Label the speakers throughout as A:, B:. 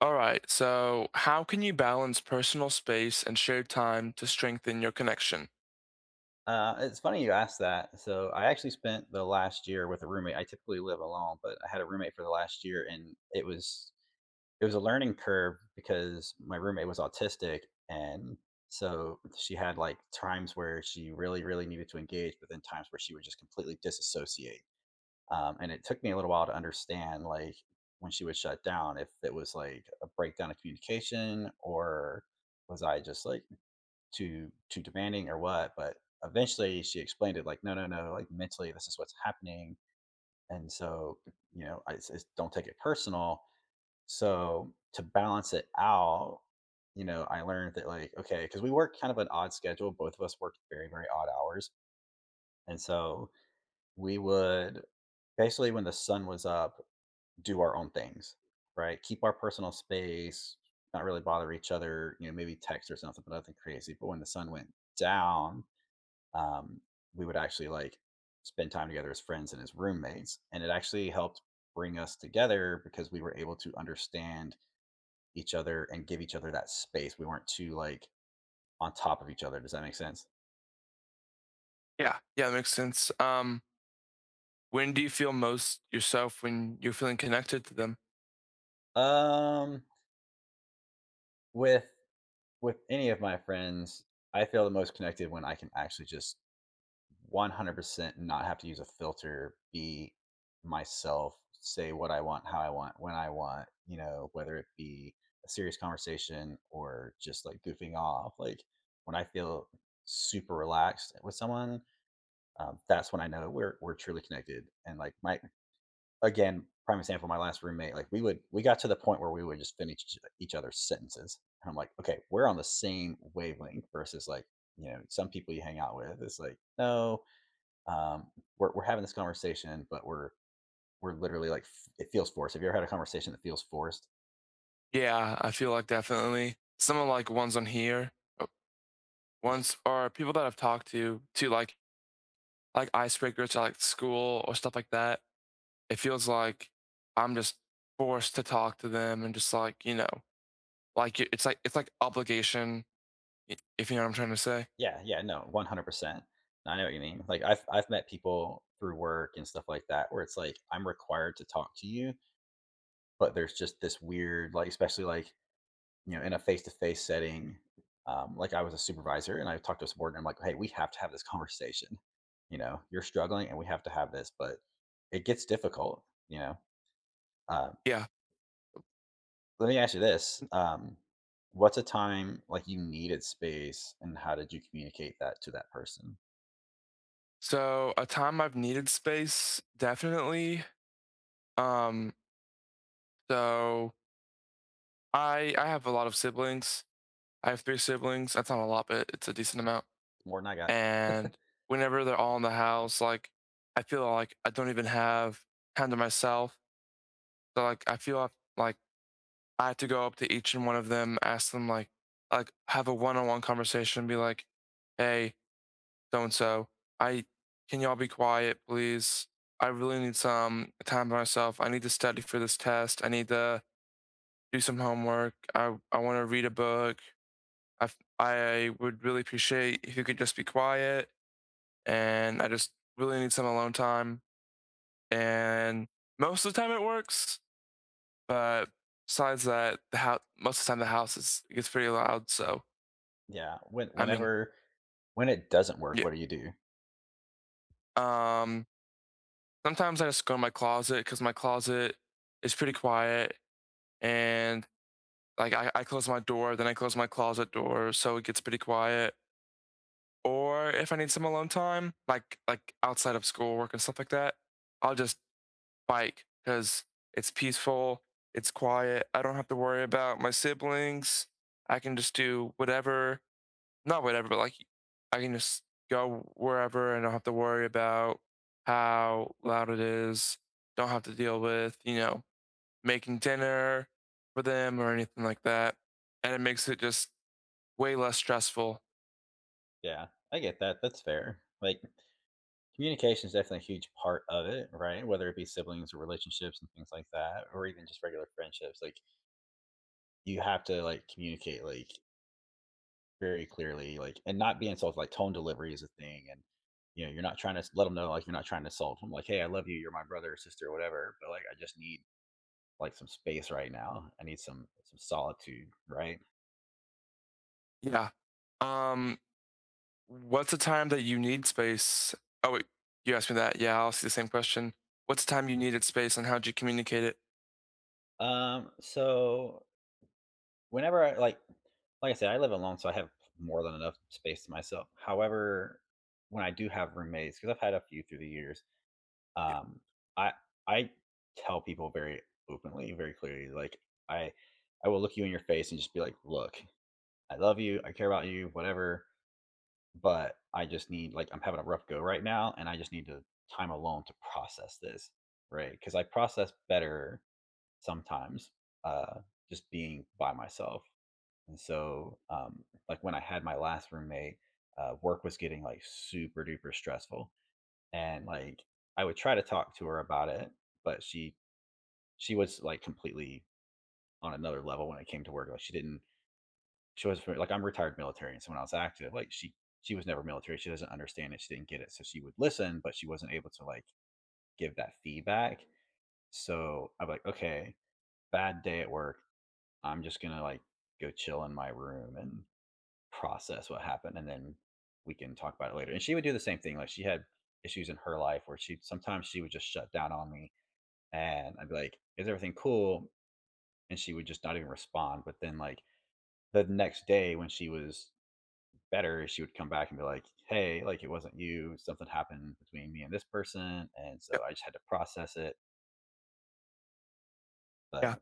A: All right, so how can you balance personal space and shared time to strengthen your connection?
B: It's funny you asked that. So I actually spent the last year with a roommate. I typically live alone, but I had a roommate for the last year, and it was a learning curve because my roommate was autistic, and so she had like times where she really needed to engage, but then times where she would just completely disassociate. And it took me a little while to understand like when she would shut down, if it was like a breakdown of communication, or was I just like too demanding or what. But eventually she explained it like, no, no, no, like mentally this is what's happening, and so you know, don't take it personal. So to balance it out, you know, I learned that like, okay, because we work kind of an odd schedule. Both of us worked very odd hours, and so we would basically, when the sun was up, do our own things, right? Keep our personal space, not really bother each other, you know, maybe text or something, but nothing crazy. But when the sun went down, um, we would actually like spend time together as friends and as roommates. And it actually helped bring us together because we were able to understand each other and give each other that space. We weren't too like on top of each other. Does that make sense?
A: Yeah, yeah, that makes sense. When do you feel most yourself when you're feeling connected to them?
B: Um, with with any of my friends, I feel the most connected when I can actually just 100% not have to use a filter, be myself, say what I want, how I want, when I want, you know, whether it be a serious conversation or just like goofing off. Like when I feel super relaxed with someone, that's when I know we're truly connected. And like my, again, prime example, my last roommate, like we got to the point where we would just finish each other's sentences. And I'm like, okay, we're on the same wavelength versus like, you know, some people you hang out with. It's like, no, um, we're having this conversation, but we're literally like it feels forced. Have you ever had a conversation that feels forced?
A: Yeah, I feel like definitely someone like ones on here, uh, ones or people that I've talked to, to like icebreakers, or like school or stuff like that. It feels like I'm just forced to talk to them and just like like it's like obligation, if you know what I'm trying to say.
B: Yeah, yeah, no, 100%. I know what you mean. Like I've met people through work and stuff like that where it's like I'm required to talk to you, but there's just this weird like, especially like, you know, in a face to face setting. Like I was a supervisor and I talked to a subordinate. I'm like, hey, we have to have this conversation. You know, you're struggling and we have to have this, but it gets difficult. Uh,
A: Yeah.
B: Let me ask you this. What's a time like you needed space, and how did you communicate that to that person?
A: So a time I've needed space, definitely. Um, so I have a lot of siblings. I have 3 siblings. That's not a lot, but it's a decent amount.
B: More than I got.
A: And whenever they're all in the house, like I feel like I don't even have time to myself. So like I feel like I have to go up to each and one of them, ask them like have a one on one conversation, be like, hey, so and so. I can y'all be quiet, please? I really need some time by myself. I need to study for this test. I need to do some homework. I want to read a book. I would really appreciate if you could just be quiet. And I just really need some alone time. And most of the time it works, but besides that, the house most of the time the house is it gets pretty loud. So
B: Yeah. When
A: I mean,
B: whenever when it doesn't work,
A: yeah.
B: what do you do?
A: Um, Sometimes I just go in my closet because my closet is pretty quiet and like I close my door, then I close my closet door, so it gets pretty quiet. Or if I need some alone time, like outside of schoolwork and stuff like that, I'll just bike because it's peaceful, it's quiet. I don't have to worry about my siblings. I can just do whatever, not whatever, but like I can just go wherever and don't have to worry about how loud it is. Don't have to deal with you know making dinner for them or anything like that. And it makes it just way less stressful.
B: Yeah, I get that. That's fair. Like communication is definitely a huge part of it, right? Whether it be siblings or relationships and things like that, or even just regular friendships. Like you have to like communicate like very clearly, like, and not being insulted, like tone delivery is a thing, and, you know, you're not trying to s let them know, like, you're not trying to insult them. Like, "Hey, I love you, you're my brother or sister," or whatever, but, like, "I just need, like, some space right now. I need some solitude," right?
A: Yeah. Um, what's the time that you need space? Oh, wait, you asked me that. Yeah, I'll see the same question. What's the time you needed space and how'd you communicate it?
B: So whenever I like I said, I live alone, so I have more than enough space to myself. However, when I do have roommates, because 'cause I've had a few through the years,
A: Yeah.
B: Um, I I tell people very openly, very clearly, like I I will look you in your face and just be like, look, I love you, I care about you, whatever, but I just need, like, I'm having a rough go right now, and I just need to time alone to process this, right? Because I process better sometimes, uh, just being by myself. And so, like when I had my last roommate, work was getting like super duper stressful, and like I would try to talk to her about it, but she was like completely on another level when it came to work. Like she didn't, she was like, I'm retired military, and so when I was active, like she was never military. She doesn't understand it. She didn't get it, so she would listen, but she wasn't able to like give that feedback. So I'm like, okay, bad day at work. I'm just gonna like go chill in my room and process what happened, and then we can talk about it later. And she would do the same thing. Like she had issues in her life where she sometimes she would just shut down on me. And I'd be like, "Is everything cool?" And she would just not even respond. But then, like, the next day when she was better, she would come back and be like, "Hey, like, it wasn't you. Something happened between me and this person." And
A: Yeah.
B: so I just had to process it.
A: Yeah.
B: But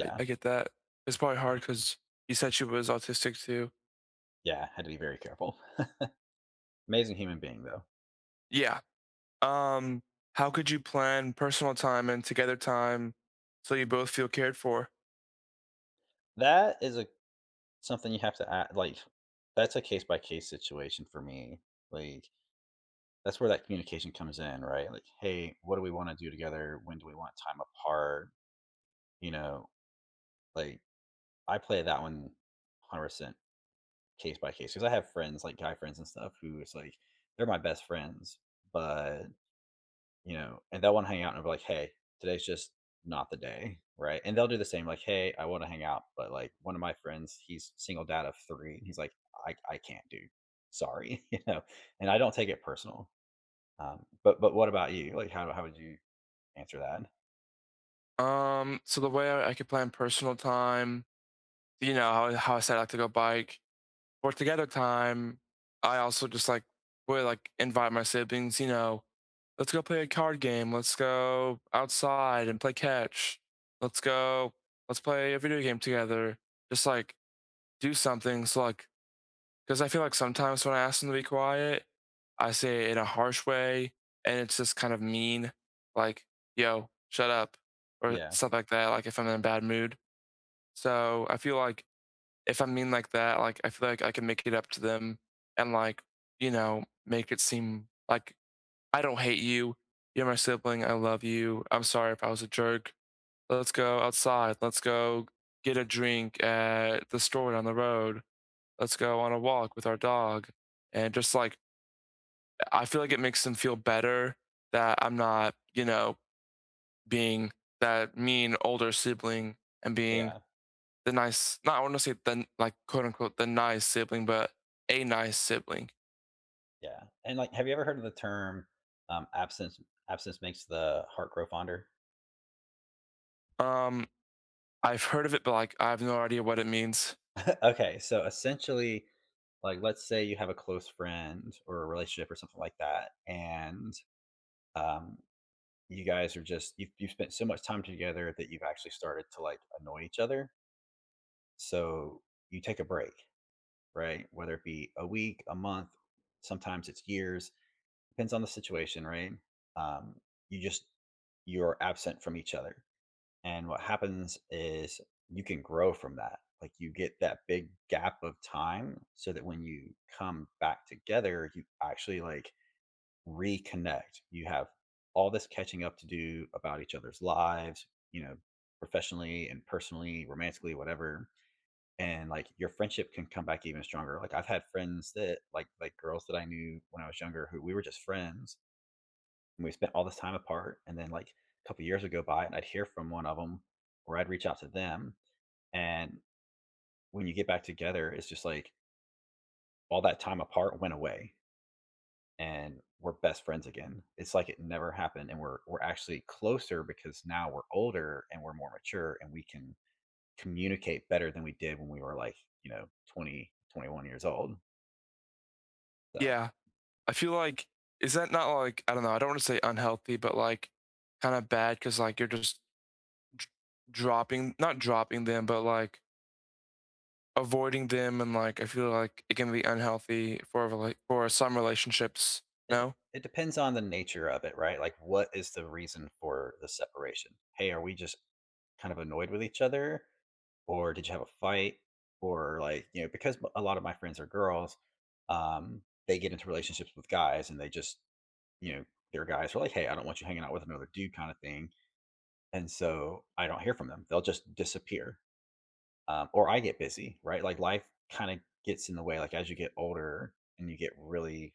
A: I, I get that. It's probably hard because you said she was autistic too.
B: yeah, had to be very careful. Amazing human being, though.
A: Yeah. Um, how could you plan personal time and together time so you both feel cared for?
B: That is a, something you have to act like, that's a case by case situation for me. Like, that's where that communication comes in, right? Like, hey, what do we want to do together? When do we want time apart? You know, like I play that one 100% case by case because I have friends, like guy friends and stuff, who is like, they're my best friends, but you know, and they'll want to hang out and be like, hey, today's just not the day, right? And they'll do the same, like, hey, I want to hang out, but like one of my friends, he's single dad of 3, and he's like, I can't do, sorry, you know, and I don't take it personal. But what about you? Like, how would you answer that?
A: So the way I could plan personal time you know how I said I like to go bike for together time. I also just like would like invite my siblings. You know, let's go play a card game. Let's go outside and play catch. Let's go. Let's play a video game together. Just like do something. So like because I feel like sometimes when I ask them to be quiet, I say it in a harsh way and it's just kind of mean, like, yo, shut up, or
B: Yeah,
A: stuff like that, like if I'm in a bad mood. So I feel like if I'm mean like that, like I feel like I can make it up to them and like, you know, make it seem like I don't hate you. You're my sibling. I love you. I'm sorry if I was a jerk. Let's go outside. Let's go get a drink at the store down the road. Let's go on a walk with our dog. And just like I feel like it makes them feel better that I'm not, you know, being that mean older sibling and being
B: yeah.
A: the nice not I want to say the like quote unquote the nice sibling, but a nice sibling.
B: Yeah, and, like, have you ever heard of the term, um, "absence absence makes the heart grow fonder"?
A: Um, I've heard of it, but like I have no idea what it means.
B: Okay, so essentially, like, let's say you have a close friend or a relationship or something like that, and, um, you guys are just, you've spent so much time together that you've actually started to, like, annoy each other, so you take a break, right? Whether it be a week, a month, sometimes it's years, depends on the situation, right? Um, you just, you're absent from each other. And what happens is you can grow from that. Like you get that big gap of time so that when you come back together, you actually like reconnect. You have all this catching up to do about each other's lives, you know, professionally and personally, romantically, whatever. And like your friendship can come back even stronger. Like I've had friends that like girls that I knew when I was younger who we were just friends, and we spent all this time apart. And then like a couple years would go by, and I'd hear from one of them, or I'd reach out to them. And when you get back together, it's just like all that time apart went away, and we're best friends again. It's like it never happened, and we're actually closer because now we're older and we're more mature, and we can communicate better than we did when we were like, you know, 20 21 years old. So
A: Yeah, I feel like is that not like I don't know. I don't want to say unhealthy, but like kind of bad because like you're just d- dropping not dropping them, but like avoiding them, and like I feel like it can be unhealthy for like for some relationships.
B: It d
A: No.
B: it depends on the nature of it, right? Like, what is the reason for the separation? "Hey, are we just kind of annoyed with each other?" Or, "Did you have a fight?" Or, like, you know, because a lot of my friends are girls, they get into relationships with guys and they just, you know, their guys are like, "Hey, I don't want you hanging out with another dude," kinda thing, and so I don't hear from them. They'll just disappear. Or I get busy, right? Like life kind of gets in the way. Like as you get older and you get really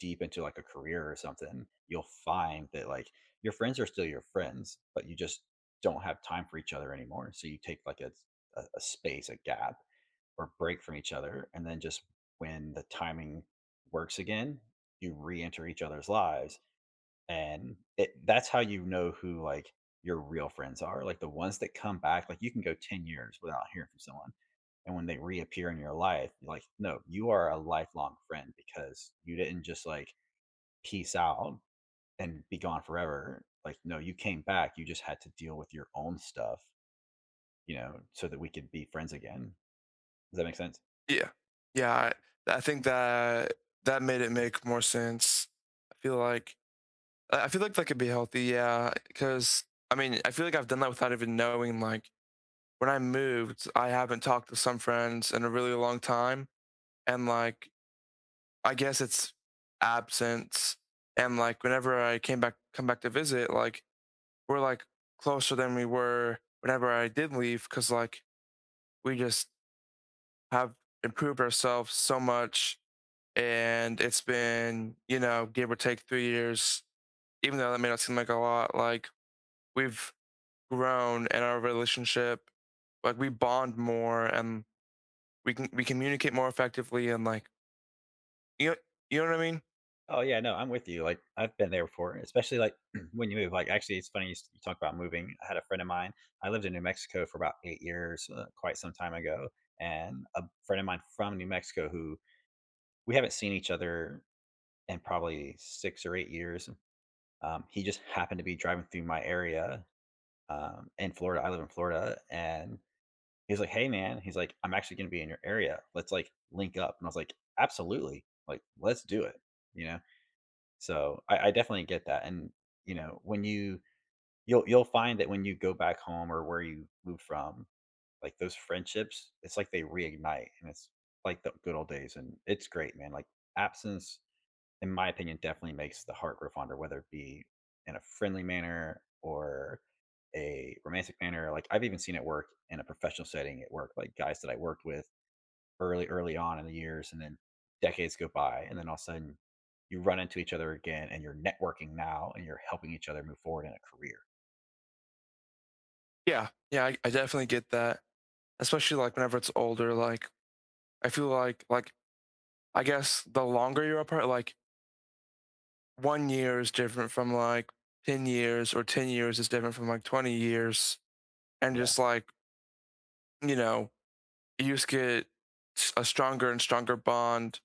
B: deep into like a career or something, you'll find that like your friends are still your friends, but you just don't have time for each other anymore. So you take like a space, a gap, or break from each other, and then just when the timing works again, you re-enter each other's lives, and it that's how you know who, like, your real friends are, like, the ones that come back. Like, you can go 10 years without hearing from someone, and when they reappear in your life, you're like, "No, you are a lifelong friend because you didn't just, like, peace out and be gone forever." Like, "No, you came back, you just had to deal with your own stuff," you know, so that we could be friends again. Does that make sense?
A: Yeah. Yeah. I think that that made it make more sense. I feel like I feel like that could be healthy, yeah. Because I mean, I feel like I've done that without even knowing. Like when I moved, I haven't talked to some friends in a really long time, and like I guess it's absence. And like whenever I came back, come back to visit, like we're like closer than we were whenever I did leave, because like we just have improved ourselves so much, and it's been you know give or take 3 years. Even though that may not seem like a lot, like we've grown in our relationship. Like we bond more and we communicate more effectively and like you know, you know what I mean?
B: Oh, yeah, no, I'm with you, like, I've been there before, especially, like, when you move, like, actually, it's funny you s you talk about moving. I had a friend of mine, I lived in New Mexico for about 8 years, quite some time ago, and a friend of mine from New Mexico who we haven't seen each other in probably 6 or 8 years, he just happened to be driving through my area, in Florida, I live in Florida, and he's like, "Hey, man," he's like, "I'm actually gonna be in your area, let's, like, link up," and I was like, "Absolutely, like, let's do it," you know? So, I definitely get that, and, you know, when you, you'll find that when you go back home or where you moved from, like, those friendships, it's like they reignite, and it's like the good old days, and it's great, man, like, absence, in my opinion, definitely makes the heart grow fonder, whether it be in a friendly manner or a romantic manner. Like, I've even seen it work in a professional setting at work, like, guys that I worked with early on in the years, and then decades go by, and then all of a sudden you run into each other again, and you're networking now, and you're helping each other move forward in a career.
A: Yeah. Yeah, I definitely get that. Especially like whenever it's older, like I feel like I guess the longer you're apart, like one year is different from like 10 years or 10 years is different from like 20 years. And
B: Yeah,
A: just like, you know, you just get a stronger and stronger bond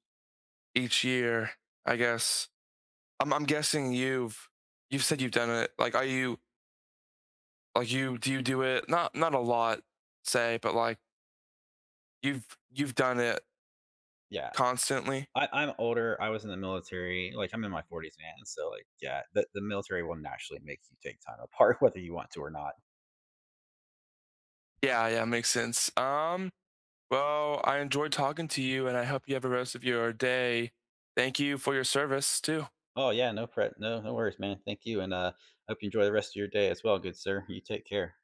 A: each year, I guess. I'm guessing you've said you've done it. Like, are you like you do it? Not not a lot, say, but like you've done it
B: yeah.
A: constantly.
B: I'm older. I was in the military. Like I'm in my 40s, man. So like, yeah, the military will naturally make you take time apart, whether you want to or not.
A: Yeah, yeah, makes sense. Well, I enjoyed talking to you, and I hope you have a rest of your day. Thank you for your service too.
B: Oh yeah, no, no worries, man. Thank you, and hope you enjoy the rest of your day as well, good sir. You take care.